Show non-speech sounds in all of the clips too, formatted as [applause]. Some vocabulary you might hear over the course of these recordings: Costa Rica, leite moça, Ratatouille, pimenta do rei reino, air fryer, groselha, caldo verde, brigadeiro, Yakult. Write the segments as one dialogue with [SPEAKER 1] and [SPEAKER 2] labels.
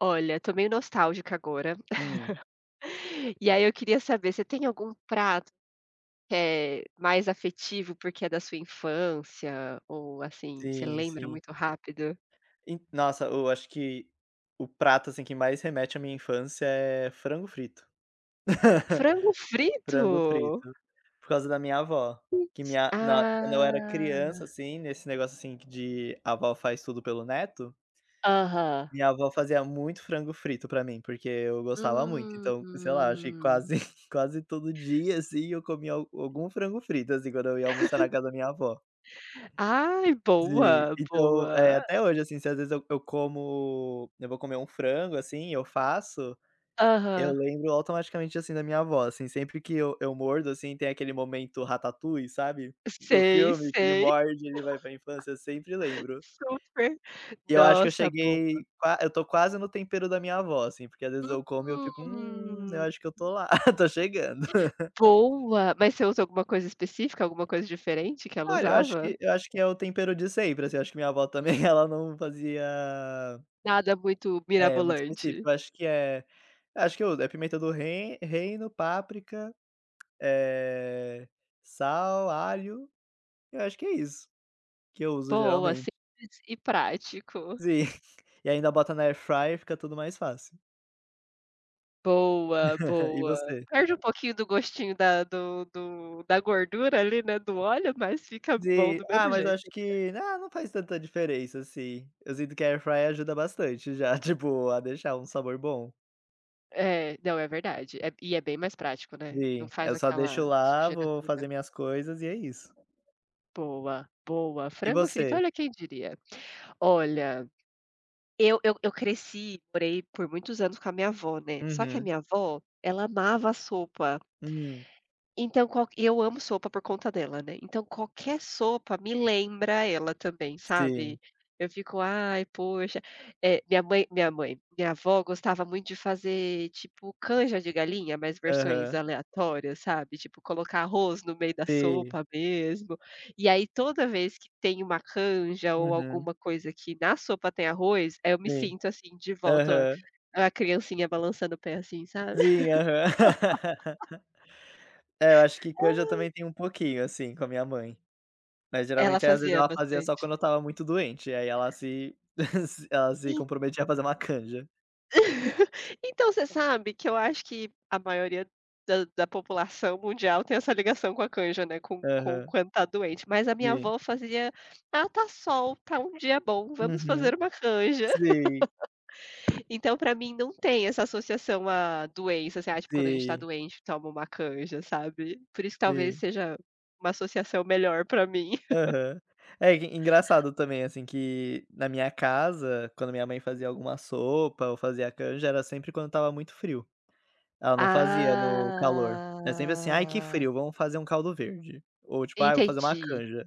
[SPEAKER 1] Olha, tô meio nostálgica agora.
[SPEAKER 2] Hum,
[SPEAKER 1] [laughs] E aí eu queria saber, você tem algum prato que é mais afetivo, porque é da sua infância, ou assim, você
[SPEAKER 2] sim,
[SPEAKER 1] lembra
[SPEAKER 2] sim.
[SPEAKER 1] muito rápido?
[SPEAKER 2] En Nossa, eu acho que o prato, assim, que mais remete à minha infância é frango frito. [laughs]
[SPEAKER 1] Frango frito?
[SPEAKER 2] Frango frito, por causa da minha avó, que
[SPEAKER 1] Gente,
[SPEAKER 2] minha na quando eu era
[SPEAKER 1] ah,
[SPEAKER 2] criança, assim, nesse negócio, assim, de avó faz tudo pelo neto,
[SPEAKER 1] aham.
[SPEAKER 2] minha avó fazia muito frango frito pra mim, porque eu gostava muito, então, sei lá, acho que
[SPEAKER 1] Hum.
[SPEAKER 2] quase [laughs] quase todo dia, assim, eu comia al algum frango frito, assim, quando eu ia almoçar na casa
[SPEAKER 1] [laughs]
[SPEAKER 2] da minha avó.
[SPEAKER 1] Ai,
[SPEAKER 2] Sim,
[SPEAKER 1] boa,
[SPEAKER 2] então,
[SPEAKER 1] boa.
[SPEAKER 2] até hoje, assim, se às vezes eu vou comer um frango, assim, eu faço, eu
[SPEAKER 1] Aham.
[SPEAKER 2] lembro automaticamente, assim, da minha avó, assim, sempre que eu mordo, assim, tem aquele momento Ratatouille, sabe, do
[SPEAKER 1] Sei,
[SPEAKER 2] filme que ele
[SPEAKER 1] sei,
[SPEAKER 2] morde, ele vai pra infância, eu sempre lembro.
[SPEAKER 1] super.
[SPEAKER 2] E eu acho que
[SPEAKER 1] Nossa, bom.
[SPEAKER 2] eu tô quase no tempero da minha avó, assim, porque às vezes eu como e eu fico: eu
[SPEAKER 1] Hum.
[SPEAKER 2] acho que eu tô lá, [laughs] tô chegando".
[SPEAKER 1] Boa! Mas você usa alguma coisa específica, alguma coisa diferente que ela
[SPEAKER 2] Olha, eu acho
[SPEAKER 1] usava?
[SPEAKER 2] que eu acho que é o tempero de sempre, assim, eu acho que minha avó também [laughs] ela não fazia.
[SPEAKER 1] Nada muito
[SPEAKER 2] É, muito
[SPEAKER 1] mirabolante.
[SPEAKER 2] específico. Eu acho que é, acho que eu é pimenta do reino, páprica, é, sal, alho, eu acho que é isso que eu uso
[SPEAKER 1] Boa,
[SPEAKER 2] geralmente.
[SPEAKER 1] simples e prático.
[SPEAKER 2] Sim. [laughs] E ainda bota na air fryer, fica tudo mais fácil.
[SPEAKER 1] Boa,
[SPEAKER 2] [laughs] E
[SPEAKER 1] boa.
[SPEAKER 2] você?
[SPEAKER 1] Perde um pouquinho do gostinho da gordura ali, né, do óleo, mas fica bom
[SPEAKER 2] Sim.
[SPEAKER 1] do mesmo
[SPEAKER 2] Ah, mas eu
[SPEAKER 1] jeito,
[SPEAKER 2] acho
[SPEAKER 1] né.
[SPEAKER 2] que não faz tanta diferença, assim. Eu sinto que a air fryer ajuda bastante já, [laughs] tipo, a deixar um sabor bom.
[SPEAKER 1] É, não, é verdade. É bem mais prático, né, não
[SPEAKER 2] Sim,
[SPEAKER 1] faz
[SPEAKER 2] eu só deixo
[SPEAKER 1] aquela
[SPEAKER 2] lá,
[SPEAKER 1] sujeira
[SPEAKER 2] vou
[SPEAKER 1] toda.
[SPEAKER 2] fazer minhas coisas e é isso.
[SPEAKER 1] Boa, boa.
[SPEAKER 2] E
[SPEAKER 1] Frango frito,
[SPEAKER 2] você?
[SPEAKER 1] olha quem diria. Olha, eu cresci, morei por muitos anos com a minha avó, né. Só que a
[SPEAKER 2] Uhum.
[SPEAKER 1] minha avó, ela amava a sopa.
[SPEAKER 2] Hum.
[SPEAKER 1] Então qual eu amo sopa por conta dela, né, então qualquer sopa me lembra ela também,
[SPEAKER 2] Sim.
[SPEAKER 1] sabe. Eu fico: "Ai, poxa", minha avó gostava muito de fazer, tipo, canja de galinha, mas versões
[SPEAKER 2] Aham.
[SPEAKER 1] aleatórias, sabe, tipo, colocar arroz no meio da
[SPEAKER 2] Sim.
[SPEAKER 1] sopa mesmo. E aí toda vez que tem uma canja ou
[SPEAKER 2] Uhum,
[SPEAKER 1] alguma coisa que na sopa tem arroz, eu me
[SPEAKER 2] sim.
[SPEAKER 1] sinto, assim, de volta
[SPEAKER 2] Aham.
[SPEAKER 1] a criancinha balançando o pé, assim, sabe.
[SPEAKER 2] Sim, aham. [laughs] É, eu acho que canja eu
[SPEAKER 1] [laughs]
[SPEAKER 2] também tenho um pouquinho, assim, com a minha mãe. Mas
[SPEAKER 1] Ela
[SPEAKER 2] geralmente, aí, às vezes,
[SPEAKER 1] fazia
[SPEAKER 2] ela fazia só
[SPEAKER 1] bastante.
[SPEAKER 2] quando eu estava muito doente, aí ela se [laughs] se ela se comprometia a fazer uma canja.
[SPEAKER 1] [laughs] Então, você sabe que eu acho que a maioria da população mundial tem essa ligação com a canja, né, com
[SPEAKER 2] Aham,
[SPEAKER 1] quando tá doente, mas a minha
[SPEAKER 2] sim.
[SPEAKER 1] avó fazia: "Ah, tá sol, tá um dia bom, vamos
[SPEAKER 2] Uhum.
[SPEAKER 1] fazer uma canja".
[SPEAKER 2] Sim,
[SPEAKER 1] [laughs] Então, pra mim não tem essa associação à doença, assim, ah, tipo, quando a gente tá
[SPEAKER 2] sim,
[SPEAKER 1] doente toma uma canja, sabe. Por isso que talvez
[SPEAKER 2] sim.
[SPEAKER 1] seja uma associação melhor pra mim. [laughs]
[SPEAKER 2] Aham. É que engraçado também, assim, que na minha casa, quando minha mãe fazia alguma sopa ou fazia canja, era sempre quando estava muito frio. Ela não fazia no calor. É sempre assim: "Ai, que
[SPEAKER 1] Ah,
[SPEAKER 2] frio, vamos fazer um caldo verde". Ou tipo: "Ai, vou fazer uma
[SPEAKER 1] entendi.
[SPEAKER 2] canja".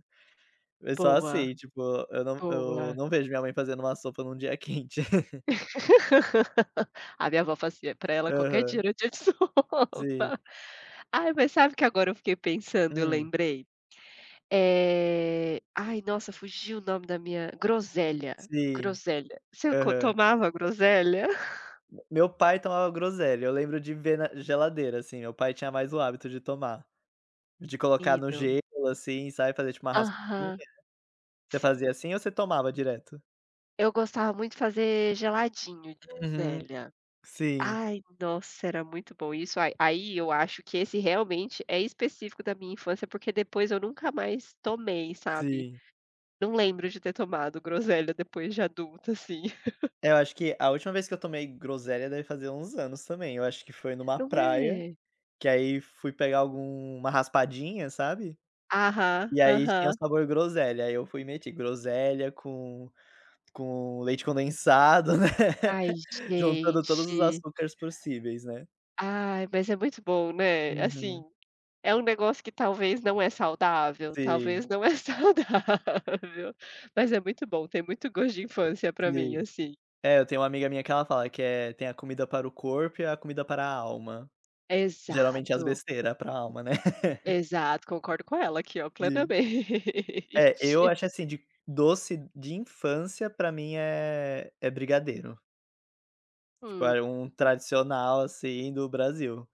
[SPEAKER 2] É só
[SPEAKER 1] Boa,
[SPEAKER 2] assim, tipo, eu
[SPEAKER 1] boa.
[SPEAKER 2] não vejo minha mãe fazendo uma sopa num dia [laughs] quente.
[SPEAKER 1] [laughs] A minha avó fazia pra ela qualquer dia
[SPEAKER 2] Aham,
[SPEAKER 1] era dia de
[SPEAKER 2] sim.
[SPEAKER 1] sopa. Ai, mas sabe que agora eu fiquei pensando, eu
[SPEAKER 2] Hum,
[SPEAKER 1] lembrei? Ai, nossa, fugiu o nome da minha groselha,
[SPEAKER 2] sim.
[SPEAKER 1] groselha. Você co
[SPEAKER 2] Aham.
[SPEAKER 1] tomava groselha?
[SPEAKER 2] Meu pai tomava groselha, eu lembro de ver na geladeira, assim, meu pai tinha mais o hábito de tomar, de colocar no
[SPEAKER 1] Menino.
[SPEAKER 2] gelo, assim, sabe, fazer tipo uma raspadinha.
[SPEAKER 1] Aham.
[SPEAKER 2] Você
[SPEAKER 1] Sim.
[SPEAKER 2] fazia assim ou você tomava direto?
[SPEAKER 1] Eu gostava muito de fazer geladinho de
[SPEAKER 2] Uhum.
[SPEAKER 1] groselha.
[SPEAKER 2] Sim,
[SPEAKER 1] Ai, nossa, era muito bom isso. Aí eu acho que esse realmente é específico da minha infância, porque depois eu nunca mais tomei, sabe?
[SPEAKER 2] sim.
[SPEAKER 1] Não lembro de ter tomado groselha depois de adulta, assim.
[SPEAKER 2] É, eu acho que a última vez que eu tomei groselha deve fazer uns anos também. Eu acho que foi numa
[SPEAKER 1] Não
[SPEAKER 2] praia,
[SPEAKER 1] é?
[SPEAKER 2] que aí fui pegar alguma raspadinha, sabe?
[SPEAKER 1] Aham,
[SPEAKER 2] E aí tinha o
[SPEAKER 1] aham.
[SPEAKER 2] sabor groselha. Aí eu fui meter groselha com leite condensado, né,
[SPEAKER 1] Ai,
[SPEAKER 2] [laughs] juntando todos os
[SPEAKER 1] gente.
[SPEAKER 2] açúcares possíveis, né.
[SPEAKER 1] Ai, mas é muito bom, né. Assim,
[SPEAKER 2] Uhum.
[SPEAKER 1] é um negócio que talvez não é saudável,
[SPEAKER 2] Sim,
[SPEAKER 1] talvez não é [laughs] saudável, mas é muito bom, tem muito gosto de infância pra mim,
[SPEAKER 2] sim.
[SPEAKER 1] assim.
[SPEAKER 2] É, eu tenho uma amiga minha que ela fala que é tem a comida para o corpo e a comida para a alma. Geralmente as
[SPEAKER 1] Exato,
[SPEAKER 2] besteiras para a alma, né. [laughs]
[SPEAKER 1] exato, concordo com ela aqui, ó,
[SPEAKER 2] Sim.
[SPEAKER 1] plenamente.
[SPEAKER 2] É, eu
[SPEAKER 1] [laughs]
[SPEAKER 2] acho assim, de doce de infância pra mim é brigadeiro. Tipo,
[SPEAKER 1] Hum,
[SPEAKER 2] é um tradicional, assim, do Brasil.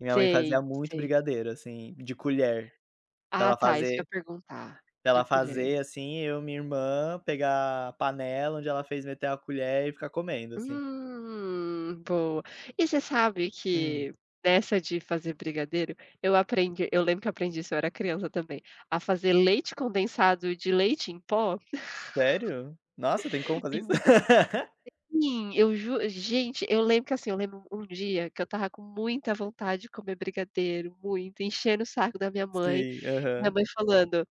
[SPEAKER 2] E minha mãe fazia
[SPEAKER 1] sei,
[SPEAKER 2] muito
[SPEAKER 1] sei.
[SPEAKER 2] brigadeiro, assim, de colher,
[SPEAKER 1] Ah,
[SPEAKER 2] dela
[SPEAKER 1] tá, isso que eu
[SPEAKER 2] fazer
[SPEAKER 1] ia perguntar, de
[SPEAKER 2] dela
[SPEAKER 1] colher.
[SPEAKER 2] fazer, assim, eu e minha irmã pegar a panela onde ela fez, meter a colher e ficar comendo, assim.
[SPEAKER 1] Boa. E você sabe
[SPEAKER 2] Hum,
[SPEAKER 1] que nessa de fazer brigadeiro, eu lembro que eu aprendi isso, eu era criança também, a fazer leite condensado de leite em pó.
[SPEAKER 2] sério? Nossa, tem como fazer isso? [laughs]
[SPEAKER 1] Menina, eu ju gente, eu lembro um dia que eu tava com muita vontade de comer brigadeiro, muito, enchendo o saco da
[SPEAKER 2] Sim,
[SPEAKER 1] minha
[SPEAKER 2] aham.
[SPEAKER 1] mãe falando: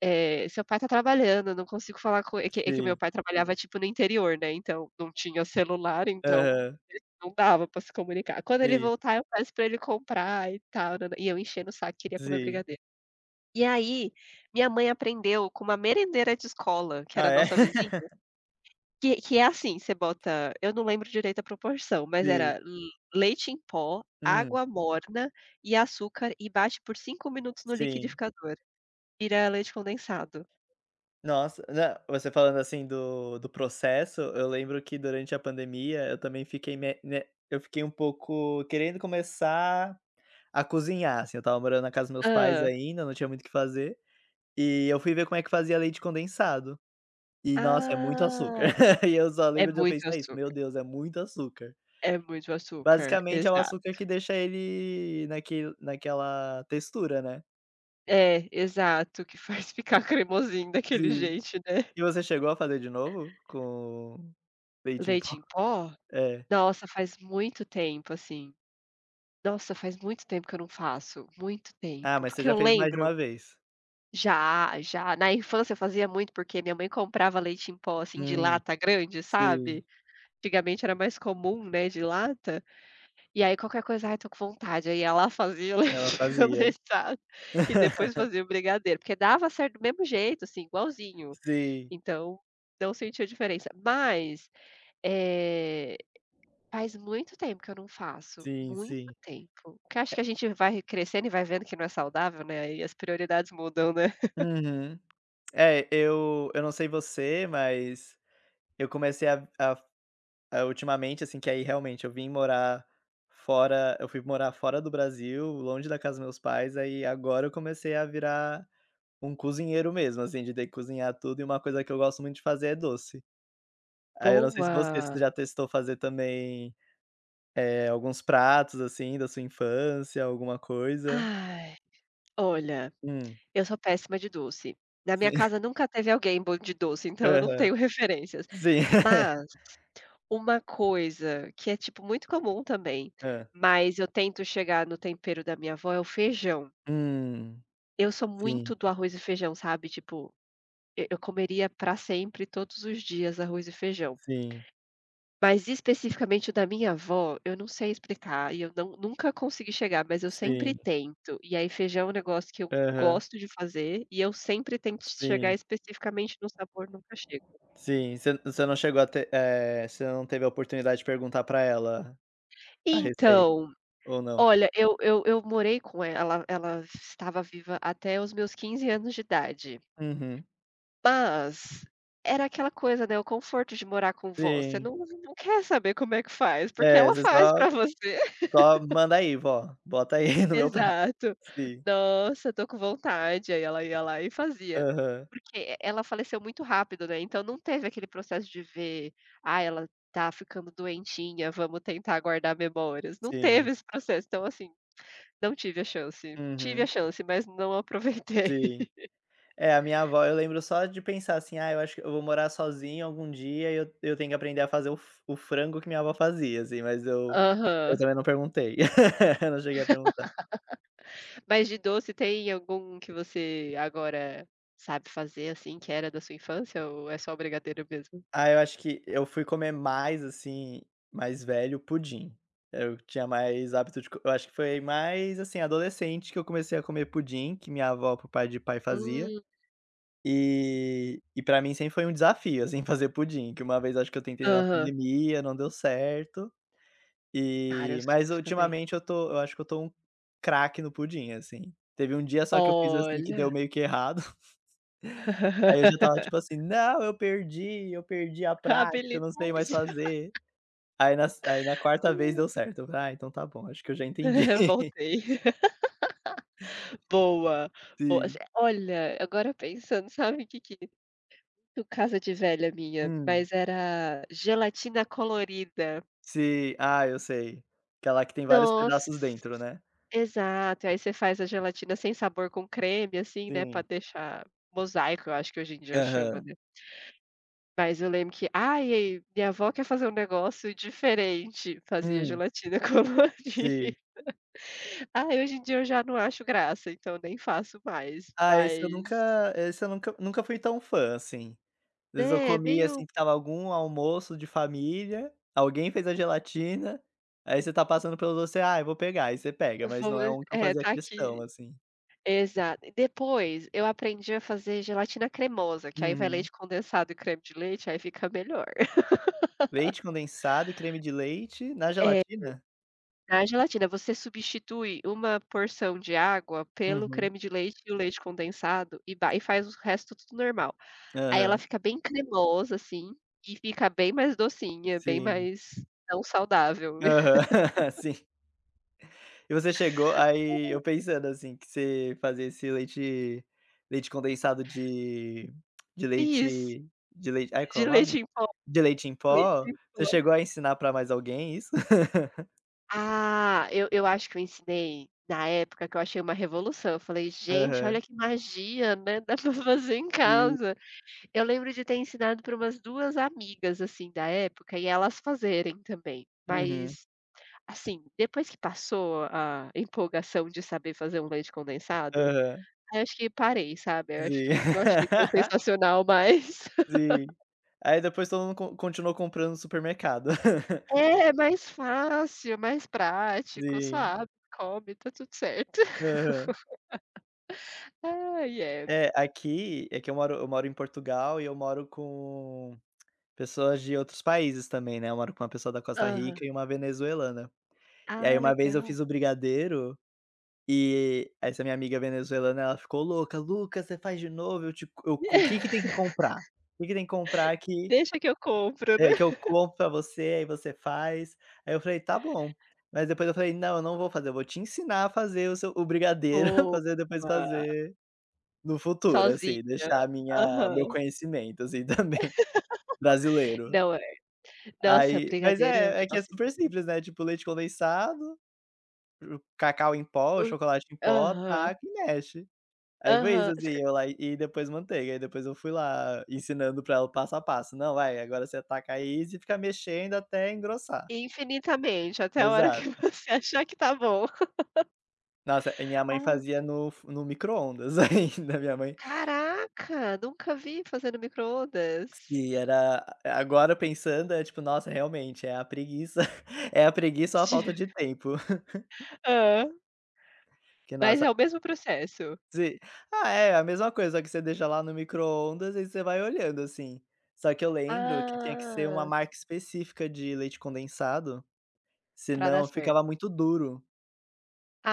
[SPEAKER 1] "Eh, seu pai está trabalhando, eu não consigo falar com" ele. É que meu
[SPEAKER 2] Sim,
[SPEAKER 1] pai trabalhava, tipo, no interior, né, então não tinha celular, então
[SPEAKER 2] aham.
[SPEAKER 1] não dava pra se comunicar. Quando ele
[SPEAKER 2] Sim,
[SPEAKER 1] voltar, eu peço pra ele comprar e tal, nã-nã. E eu enchendo o saco, queria comer
[SPEAKER 2] sim.
[SPEAKER 1] brigadeiro. E aí, minha mãe aprendeu com uma merendeira de escola, que era
[SPEAKER 2] Ah,
[SPEAKER 1] a
[SPEAKER 2] é?
[SPEAKER 1] nossa vizinha,
[SPEAKER 2] [laughs]
[SPEAKER 1] que é assim, você bota eu não lembro direito a proporção, mas era
[SPEAKER 2] Sim.
[SPEAKER 1] l leite em pó,
[SPEAKER 2] Hum,
[SPEAKER 1] água morna e açúcar e bate por 5 minutos no
[SPEAKER 2] sim.
[SPEAKER 1] liquidificador. Vira leite condensado.
[SPEAKER 2] Nossa, na você falando assim do processo, eu lembro que durante a pandemia eu também fiquei me, né, eu fiquei um pouco querendo começar a cozinhar, assim, eu estava morando na casa dos meus pais
[SPEAKER 1] Hã.
[SPEAKER 2] ainda, não tinha muito o que fazer, e eu fui ver como é que fazia leite condensado. E nossa, é muito açúcar.
[SPEAKER 1] Ah.
[SPEAKER 2] [laughs] E eu só
[SPEAKER 1] É
[SPEAKER 2] lembro de eu
[SPEAKER 1] muito
[SPEAKER 2] pensar isso: "Meu
[SPEAKER 1] açúcar,
[SPEAKER 2] Deus, é muito açúcar".
[SPEAKER 1] é muito açúcar,
[SPEAKER 2] Basicamente é o
[SPEAKER 1] exato.
[SPEAKER 2] açúcar que deixa ele naquele naquela textura, né.
[SPEAKER 1] É, exato, que faz [laughs] ficar cremosinho daquele
[SPEAKER 2] Sim.
[SPEAKER 1] jeito, né.
[SPEAKER 2] E você chegou a fazer de novo com leite em pó?
[SPEAKER 1] Leite em pó?
[SPEAKER 2] É.
[SPEAKER 1] Nossa, faz muito tempo, assim. Nossa, faz muito tempo que eu não faço, muito
[SPEAKER 2] Ah,
[SPEAKER 1] tempo,
[SPEAKER 2] mas você
[SPEAKER 1] porque eu
[SPEAKER 2] já fez mais de
[SPEAKER 1] lembro
[SPEAKER 2] uma vez?
[SPEAKER 1] já, já, na infância eu fazia muito, porque minha mãe comprava leite em pó, assim, de
[SPEAKER 2] Hum,
[SPEAKER 1] lata grande,
[SPEAKER 2] sim,
[SPEAKER 1] sabe. Antigamente era mais comum, né, de lata, e aí qualquer coisa: "Ai, tô com vontade", aí ia lá [laughs] fazia o leite
[SPEAKER 2] ela
[SPEAKER 1] [laughs]
[SPEAKER 2] fazia.
[SPEAKER 1] condensado e depois
[SPEAKER 2] [laughs]
[SPEAKER 1] fazia o brigadeiro, porque dava certo do mesmo jeito, assim, igualzinho.
[SPEAKER 2] Sim,
[SPEAKER 1] Então, não senti a diferença. Mas, eh, faz muito tempo que eu não faço,
[SPEAKER 2] sim,
[SPEAKER 1] muito
[SPEAKER 2] sim.
[SPEAKER 1] tempo. Porque acho que a gente vai crescendo e vai vendo que não é saudável, né, e as prioridades mudam, né.
[SPEAKER 2] Uhum. É, eu não sei você, mas eu comecei a a ultimamente, assim, que aí realmente eu fui morar fora do Brasil, longe da casa dos meus pais, aí agora eu comecei a virar um cozinheiro mesmo, assim, de ter que cozinhar tudo e uma coisa que eu gosto muito de fazer é doce. Aí eu não sei se você se
[SPEAKER 1] Boa.
[SPEAKER 2] já testou fazer também alguns pratos, assim, da sua infância, alguma coisa?
[SPEAKER 1] Ai, olha,
[SPEAKER 2] Hum,
[SPEAKER 1] eu sou péssima de doce. Na minha
[SPEAKER 2] sim.
[SPEAKER 1] casa
[SPEAKER 2] [laughs]
[SPEAKER 1] nunca teve alguém bom de doce, então eu não
[SPEAKER 2] Aham.
[SPEAKER 1] tenho [laughs] referências.
[SPEAKER 2] Sim. [laughs]
[SPEAKER 1] Mas, uma coisa que é, tipo, muito comum também,
[SPEAKER 2] Hã.
[SPEAKER 1] mas eu tento chegar no tempero da minha avó, é o feijão.
[SPEAKER 2] Hum.
[SPEAKER 1] Eu sou
[SPEAKER 2] Sim,
[SPEAKER 1] muito do arroz e feijão, sabe, tipo. E eu comeria para sempre, todos os dias, arroz e feijão.
[SPEAKER 2] sim,
[SPEAKER 1] Mas especificamente o da minha avó, eu não sei explicar e eu não nunca consegui chegar, mas eu sempre
[SPEAKER 2] sim.
[SPEAKER 1] tento. E aí feijão é um negócio que eu
[SPEAKER 2] Aham.
[SPEAKER 1] gosto de fazer e eu sempre tento chegar
[SPEAKER 2] Sim,
[SPEAKER 1] especificamente no sabor, nunca chego.
[SPEAKER 2] sim. Você não chegou a ter você não teve a oportunidade de perguntar pra ela a receita,
[SPEAKER 1] Então,
[SPEAKER 2] ou não?
[SPEAKER 1] olha, eu morei com ela, ela estava viva até os meus 15 anos de idade,
[SPEAKER 2] Uhum.
[SPEAKER 1] mas era aquela coisa, né, o conforto de morar com vó, você
[SPEAKER 2] Sim.
[SPEAKER 1] não quer saber como é que faz, porque
[SPEAKER 2] É,
[SPEAKER 1] ela
[SPEAKER 2] você
[SPEAKER 1] faz
[SPEAKER 2] só
[SPEAKER 1] pra você.
[SPEAKER 2] só: "Manda aí, vó. Bota aí [laughs] no meu prato".
[SPEAKER 1] Exato.
[SPEAKER 2] Sim.
[SPEAKER 1] "Nossa, tô com vontade", aí ela ia lá e fazia.
[SPEAKER 2] Aham.
[SPEAKER 1] Porque ela faleceu muito rápido, né, então não teve aquele processo de ver: "Ah, ela tá ficando doentinha, vamos tentar guardar memórias". Não
[SPEAKER 2] Sim.
[SPEAKER 1] teve esse processo, então assim, não tive a chance. Tive a
[SPEAKER 2] Uhum.
[SPEAKER 1] chance, mas não aproveitei.
[SPEAKER 2] Sim.
[SPEAKER 1] [laughs]
[SPEAKER 2] É, a minha avó eu lembro só de pensar assim: "Ah, eu acho que eu vou morar sozinho algum dia e eu tenho que aprender a fazer o frango que minha avó fazia", assim, mas eu
[SPEAKER 1] Aham.
[SPEAKER 2] também não perguntei. [laughs] Eu não cheguei a perguntar.
[SPEAKER 1] Mas de doce tem algum que você agora sabe fazer, assim, que era da sua infância ou é só brigadeiro mesmo?
[SPEAKER 2] Ah, eu acho que eu fui comer mais, assim, mais velho, pudim. Eu tinha mais hábito de co eu acho que foi mais, assim, adolescente que eu comecei a comer pudim, que minha avó, por pai de pai, fazia.
[SPEAKER 1] Hum.
[SPEAKER 2] E para mim sempre foi um desafio, assim, [laughs] fazer pudim, que uma vez acho que eu tentei na
[SPEAKER 1] Aham.
[SPEAKER 2] pandemia, não deu certo.
[SPEAKER 1] Cara, eu
[SPEAKER 2] E mas
[SPEAKER 1] sofro também.
[SPEAKER 2] ultimamente eu acho que eu tô um craque no pudim, assim. Teve um dia só que eu fiz, assim, que deu
[SPEAKER 1] Olha.
[SPEAKER 2] meio que errado, [laughs] aí eu já estava tipo
[SPEAKER 1] [laughs]
[SPEAKER 2] assim: "Não, eu perdi a prática, eu não sei mais
[SPEAKER 1] Habilidade.
[SPEAKER 2] fazer". Aí na se aí na quarta vez deu certo, eu falei: "Ah, então tá bom, acho que eu já entendi".
[SPEAKER 1] [laughs]
[SPEAKER 2] [laughs]
[SPEAKER 1] Voltei. [laughs] Boa, boa. Você
[SPEAKER 2] Sim.
[SPEAKER 1] olha, agora pensando, sabe o que que no casa de velha minha,
[SPEAKER 2] Hum.
[SPEAKER 1] mas era gelatina colorida.
[SPEAKER 2] Sim. Ah, eu sei. Aquela que tem vários
[SPEAKER 1] Nossa,
[SPEAKER 2] pedaços dentro, né?
[SPEAKER 1] exato. Aí você faz a gelatina sem sabor com creme, assim, né, pra
[SPEAKER 2] Sim.
[SPEAKER 1] deixar mosaico, eu acho que hoje em dia chama,
[SPEAKER 2] Aham.
[SPEAKER 1] né. Mas eu lembro que: "Ai, minha avó quer fazer um negócio diferente", fazia
[SPEAKER 2] Hum,
[SPEAKER 1] gelatina [laughs]
[SPEAKER 2] sim.
[SPEAKER 1] colorida. Ah, hoje em dia eu já não acho graça, então nem faço mais,
[SPEAKER 2] Ah,
[SPEAKER 1] mas,
[SPEAKER 2] esse eu nunca fui tão fã, assim. Às vezes eu
[SPEAKER 1] né,
[SPEAKER 2] comia, assim,
[SPEAKER 1] meio
[SPEAKER 2] que estava algum almoço de família, alguém fez a gelatina, aí você tá passando pelo doce: "Ah, eu vou pegar", aí você pega, mas
[SPEAKER 1] vou
[SPEAKER 2] não é um que eu
[SPEAKER 1] é,
[SPEAKER 2] fazia
[SPEAKER 1] tá
[SPEAKER 2] questão,
[SPEAKER 1] aqui.
[SPEAKER 2] assim.
[SPEAKER 1] Exato. E depois eu aprendi a fazer gelatina cremosa, que aí vai
[SPEAKER 2] Uhum.
[SPEAKER 1] leite condensado e creme de leite, aí fica melhor.
[SPEAKER 2] Leite condensado e creme de leite na
[SPEAKER 1] É,
[SPEAKER 2] gelatina?
[SPEAKER 1] na gelatina você substitui uma porção de água pelo
[SPEAKER 2] Uhum.
[SPEAKER 1] creme de leite e o leite condensado e ba e faz o resto tudo normal. Aí ela
[SPEAKER 2] Aham.
[SPEAKER 1] fica bem cremosa, assim, e fica bem mais docinha, bem
[SPEAKER 2] Sim.
[SPEAKER 1] mais não saudável. [laughs]
[SPEAKER 2] Aham. [laughs] Sim. E você chegou, aí eu pensando, assim, que você fazia esse leite condensado de
[SPEAKER 1] Fiz
[SPEAKER 2] leite de leite, ai, qual
[SPEAKER 1] de
[SPEAKER 2] é o nome?
[SPEAKER 1] leite em
[SPEAKER 2] De leite em pó?
[SPEAKER 1] Leite em
[SPEAKER 2] Você
[SPEAKER 1] pó.
[SPEAKER 2] chegou a ensinar pra mais alguém isso? [laughs]
[SPEAKER 1] Ah, eu acho que eu ensinei na época que eu achei uma revolução, eu falei: "Gente,
[SPEAKER 2] Aham,
[SPEAKER 1] olha que magia, né, dá pra fazer em
[SPEAKER 2] sim.
[SPEAKER 1] casa". Eu lembro de ter ensinado para umas 2 amigas, assim, da época e elas fazerem também,
[SPEAKER 2] Uhum.
[SPEAKER 1] mas, assim, depois que passou a empolgação de saber fazer um leite condensado,
[SPEAKER 2] Aham,
[SPEAKER 1] aí eu acho que parei, sabe, eu acho
[SPEAKER 2] sim.
[SPEAKER 1] que não achei tão
[SPEAKER 2] [laughs]
[SPEAKER 1] sensacional mais. [laughs]
[SPEAKER 2] Sim. Aí depois todo mundo continuou comprando no supermercado. [laughs]
[SPEAKER 1] É, mais fácil, mais prático,
[SPEAKER 2] Sim.
[SPEAKER 1] sabe, come, tá tudo certo.
[SPEAKER 2] Aham.
[SPEAKER 1] Ai, é.
[SPEAKER 2] É, aqui é que eu moro em Portugal e eu moro com pessoas de outros países também, né, eu moro com uma pessoa da Costa
[SPEAKER 1] Aham.
[SPEAKER 2] Rica e uma venezuelana. E
[SPEAKER 1] Ah,
[SPEAKER 2] aí uma vez eu
[SPEAKER 1] legal.
[SPEAKER 2] fiz o brigadeiro. E essa minha amiga venezuelana, ela ficou louca: "Lucas, você faz de novo, eu te co eu co o que que tem que
[SPEAKER 1] [laughs]
[SPEAKER 2] comprar? O que que tem que comprar que,
[SPEAKER 1] Deixa que eu compro, né.
[SPEAKER 2] que eu compro pra você, aí você faz". Aí eu falei: "Tá bom". Mas depois eu falei: "Não, eu não vou fazer, eu vou te ensinar a fazer o brigadeiro, [laughs]
[SPEAKER 1] Boa.
[SPEAKER 2] pra você depois fazer no futuro", assim,
[SPEAKER 1] Sozinha.
[SPEAKER 2] deixar a minha o meu
[SPEAKER 1] Aham.
[SPEAKER 2] conhecimento, assim, [laughs] também, brasileiro.
[SPEAKER 1] Não, é nossa,
[SPEAKER 2] Aí mas
[SPEAKER 1] brigadeiro é um
[SPEAKER 2] é, é que é
[SPEAKER 1] negócio
[SPEAKER 2] super simples,
[SPEAKER 1] sensacional.
[SPEAKER 2] né, tipo leite condensado, o cacau em pó,
[SPEAKER 1] O
[SPEAKER 2] o chocolate em pó,
[SPEAKER 1] Aham,
[SPEAKER 2] taca e mexe. Aí foi isso,
[SPEAKER 1] aham.
[SPEAKER 2] assim,
[SPEAKER 1] Você
[SPEAKER 2] eu lá e depois manteiga, aí depois eu fui lá ensinando pra ela passo a passo: "Não, vai, agora você taca aí e você fica mexendo até engrossar".
[SPEAKER 1] infinitamente, até a hora que [laughs]
[SPEAKER 2] Exato.
[SPEAKER 1] você achar que tá bom.
[SPEAKER 2] Nossa, e minha mãe
[SPEAKER 1] Ah.
[SPEAKER 2] fazia no micro-ondas [laughs] ainda, minha mãe,
[SPEAKER 1] Caraca, nunca vi fazendo microondas.
[SPEAKER 2] se era, agora pensando, é tipo: "Nossa, realmente, é a preguiça [laughs] é a preguiça ou a
[SPEAKER 1] De
[SPEAKER 2] falta de tempo".
[SPEAKER 1] [laughs] hã.
[SPEAKER 2] Que
[SPEAKER 1] Mas é
[SPEAKER 2] nossa
[SPEAKER 1] o mesmo processo?
[SPEAKER 2] se ah, é a mesma coisa, só que você deixa lá no micro-ondas e você vai olhando, assim. Só que eu lembro que tinha que ser uma
[SPEAKER 1] Ah,
[SPEAKER 2] marca específica de leite condensado.
[SPEAKER 1] pra dar
[SPEAKER 2] Senão
[SPEAKER 1] certo.
[SPEAKER 2] ficava muito duro,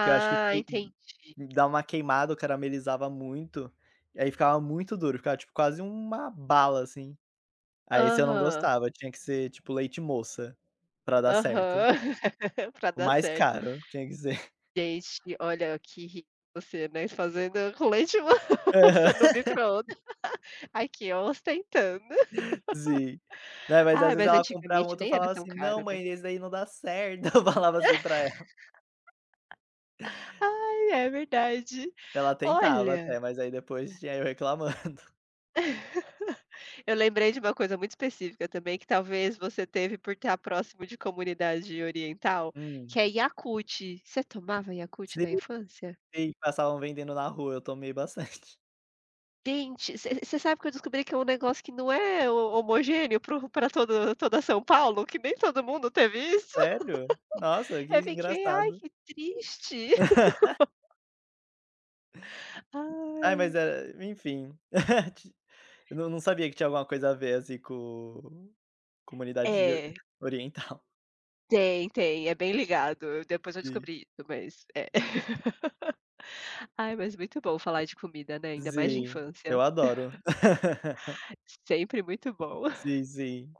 [SPEAKER 2] que eu acho que quei
[SPEAKER 1] entendi.
[SPEAKER 2] dá uma queimada ou caramelizava muito, e aí ficava muito duro, ficava, tipo, quase uma bala, assim. Aí esse eu não
[SPEAKER 1] Aham.
[SPEAKER 2] gostava, tinha que ser, tipo, leite moça, pra dar certo.
[SPEAKER 1] Aham, [laughs] pra
[SPEAKER 2] O
[SPEAKER 1] dar
[SPEAKER 2] mais
[SPEAKER 1] certo.
[SPEAKER 2] caro, tinha que ser.
[SPEAKER 1] Gente, olha que rico você, né, fazendo com leite-moça no micro-ondas. [laughs] Aqui, ó, ostentando.
[SPEAKER 2] [laughs] Sim. Né, mas às
[SPEAKER 1] Ai,
[SPEAKER 2] vezes
[SPEAKER 1] mas
[SPEAKER 2] ela comprava um
[SPEAKER 1] antigamente
[SPEAKER 2] outro e
[SPEAKER 1] nem era
[SPEAKER 2] falava
[SPEAKER 1] tão
[SPEAKER 2] assim: "Não,
[SPEAKER 1] caro, né.
[SPEAKER 2] mãe, esse daí não dá certo", [laughs] eu falava assim pra ela.
[SPEAKER 1] Ai, é verdade.
[SPEAKER 2] Ela tentava
[SPEAKER 1] Olha,
[SPEAKER 2] até, mas aí depois tinha eu reclamando. [laughs]
[SPEAKER 1] eu lembrei de uma coisa muito específica também, que talvez você teve por estar próximo de comunidade oriental, que
[SPEAKER 2] Hum.
[SPEAKER 1] é Yakult. Você tomava Yakult
[SPEAKER 2] Sim,
[SPEAKER 1] na infância?
[SPEAKER 2] sim, passavam vendendo na rua, eu tomei bastante.
[SPEAKER 1] Gente, você sabe que eu descobri que é um negócio que não é ho homogêneo pro pra todo toda São Paulo, que nem todo mundo teve isso? [laughs]
[SPEAKER 2] Sério? Nossa, que
[SPEAKER 1] Eu fiquei: "Ai,
[SPEAKER 2] engraçado.
[SPEAKER 1] que triste". [laughs]
[SPEAKER 2] [laughs] Ai, mas
[SPEAKER 1] Ai.
[SPEAKER 2] era, enfim. [laughs] Ti eu não sabia que tinha alguma coisa a ver, assim, com comunidade de
[SPEAKER 1] É,
[SPEAKER 2] oriental.
[SPEAKER 1] tem, tem, é bem ligado. Depois eu
[SPEAKER 2] Sim.
[SPEAKER 1] descobri isso, mas é. [laughs] Ai, mas muito bom falar de comida, né, ainda mais de
[SPEAKER 2] Sim, eu
[SPEAKER 1] infância.
[SPEAKER 2] adoro. [laughs]
[SPEAKER 1] Sempre muito bom.
[SPEAKER 2] Sim, sim.